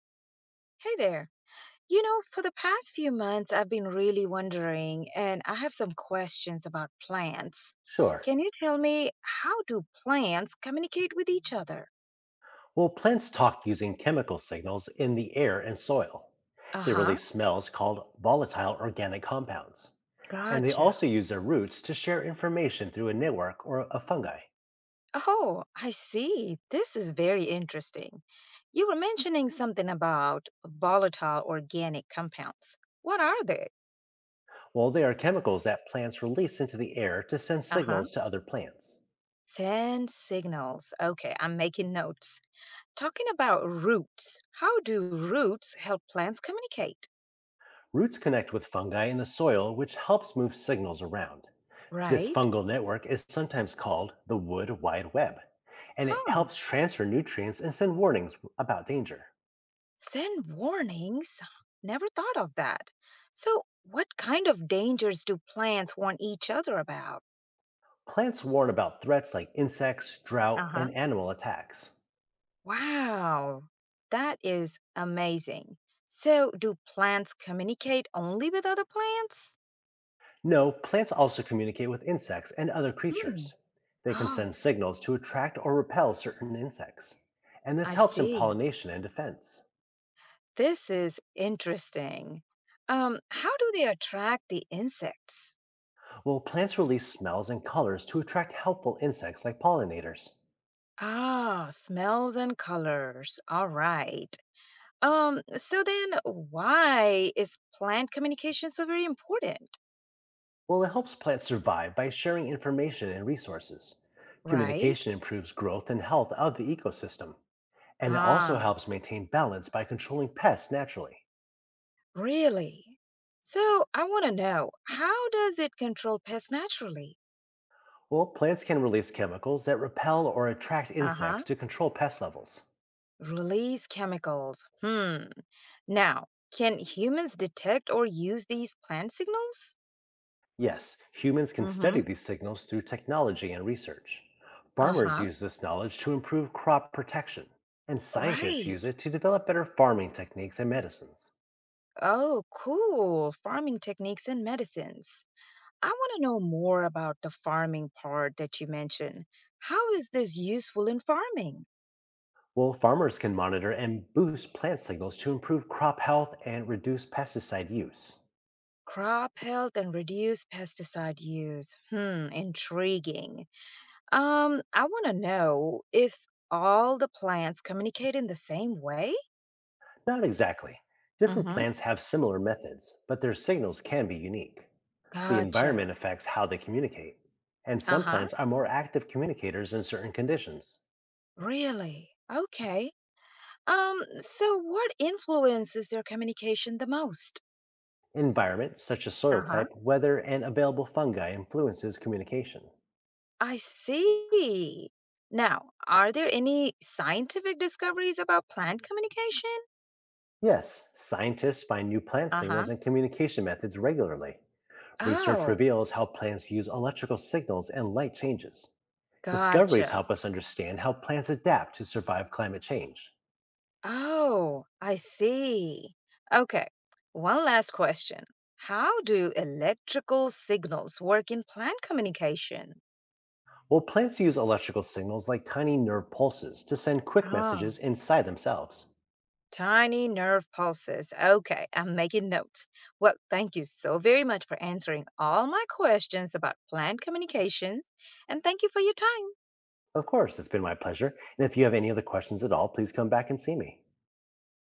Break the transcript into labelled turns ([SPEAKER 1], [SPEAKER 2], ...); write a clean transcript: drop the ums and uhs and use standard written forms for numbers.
[SPEAKER 1] Hey there. You know, for the past few months, I've been really wondering, and I have some questions about plants.
[SPEAKER 2] Sure.
[SPEAKER 1] Can you tell me, how do plants communicate with each other?
[SPEAKER 2] Well, plants talk using chemical signals in the air and soil. They
[SPEAKER 1] Uh-huh.
[SPEAKER 2] release smells called volatile organic compounds. And they
[SPEAKER 1] Gotcha.
[SPEAKER 2] also use their roots to share information through a network or a fungi.
[SPEAKER 1] Oh, I see. This is very interesting. You were mentioning something about volatile organic compounds. What are they?
[SPEAKER 2] Well, they are chemicals that plants release into the air to send
[SPEAKER 1] Uh-huh.
[SPEAKER 2] signals to other plants.
[SPEAKER 1] Send signals. Okay, I'm making notes. Talking about roots, how do roots help plants communicate?
[SPEAKER 2] Roots connect with fungi in the soil, which helps move signals around. This
[SPEAKER 1] Right?
[SPEAKER 2] fungal network is sometimes called the wood wide web, and it
[SPEAKER 1] Huh.
[SPEAKER 2] helps transfer nutrients and send warnings about danger.
[SPEAKER 1] Send warnings? Never thought of that. So, what kind of dangers do plants warn each other about?
[SPEAKER 2] Plants warn about threats like insects,
[SPEAKER 1] Uh
[SPEAKER 2] drought,
[SPEAKER 1] huh.
[SPEAKER 2] and animal attacks.
[SPEAKER 1] Wow, that is amazing. So, do plants communicate only with other plants?
[SPEAKER 2] No, plants also communicate with insects and other
[SPEAKER 1] Hmm.
[SPEAKER 2] creatures. They can send
[SPEAKER 1] Oh,
[SPEAKER 2] signals to attract or repel certain insects, and this
[SPEAKER 1] I
[SPEAKER 2] helps in
[SPEAKER 1] see.
[SPEAKER 2] pollination and defense.
[SPEAKER 1] This is interesting. How do they attract the insects?
[SPEAKER 2] Well, plants release smells and colors to attract helpful insects like pollinators.
[SPEAKER 1] Ah, smells and colors. All right. So then why is plant communication so very important,
[SPEAKER 2] Well, it helps plants survive by sharing information and resources.
[SPEAKER 1] right?
[SPEAKER 2] Communication improves growth and health of the ecosystem, and it also
[SPEAKER 1] Ah,
[SPEAKER 2] helps maintain balance by controlling pests naturally.
[SPEAKER 1] really? So I want to know, how does it control pests naturally?
[SPEAKER 2] Well, plants can release chemicals that repel or attract
[SPEAKER 1] Uh-huh.
[SPEAKER 2] insects to control pest levels.
[SPEAKER 1] Release chemicals. Hmm. Now, can humans detect or use these plant signals?
[SPEAKER 2] Yes, humans can study
[SPEAKER 1] Mm-hmm.
[SPEAKER 2] these signals through technology and research. Farmers
[SPEAKER 1] Uh-huh.
[SPEAKER 2] use this knowledge to improve crop protection, and scientists use
[SPEAKER 1] Right.
[SPEAKER 2] it to develop better farming techniques and medicines.
[SPEAKER 1] Oh, cool. Farming techniques and medicines. I want to know more about the farming part that you mentioned. How is this useful in farming?
[SPEAKER 2] Well, farmers can monitor and boost plant signals to improve crop health and reduce pesticide use.
[SPEAKER 1] Crop health and reduced pesticide use. Hmm, intriguing. I want to know, if all the plants communicate in the same way?
[SPEAKER 2] Not exactly. Different
[SPEAKER 1] Hmm.
[SPEAKER 2] plants have similar methods, but their signals can be unique. The
[SPEAKER 1] Gotcha.
[SPEAKER 2] environment affects how they communicate, and some
[SPEAKER 1] Uh-huh.
[SPEAKER 2] plants are more active communicators in certain conditions.
[SPEAKER 1] Really? Okay. So what influences their communication the most?
[SPEAKER 2] Environment, such as soil
[SPEAKER 1] Uh-huh.
[SPEAKER 2] type, weather, and available fungi, influences communication.
[SPEAKER 1] I see. Now, are there any scientific discoveries about plant communication?
[SPEAKER 2] Yes, scientists find new plant
[SPEAKER 1] Uh-huh.
[SPEAKER 2] signals and communication methods regularly. Research
[SPEAKER 1] Oh,
[SPEAKER 2] reveals how plants use electrical signals and light changes. Discoveries
[SPEAKER 1] gotcha.
[SPEAKER 2] help us understand how plants adapt to survive climate change.
[SPEAKER 1] Oh, I see. Okay. One last question. How do electrical signals work in plant communication?
[SPEAKER 2] Well, plants use electrical signals like tiny nerve pulses to send quick
[SPEAKER 1] Ah,
[SPEAKER 2] messages inside themselves.
[SPEAKER 1] tiny nerve pulses. Okay, I'm making notes. Well, thank you so very much for answering all my questions about plant communications, and thank you for your time.
[SPEAKER 2] Of course, it's been my pleasure. And if you have any other questions at all, please come back and see me.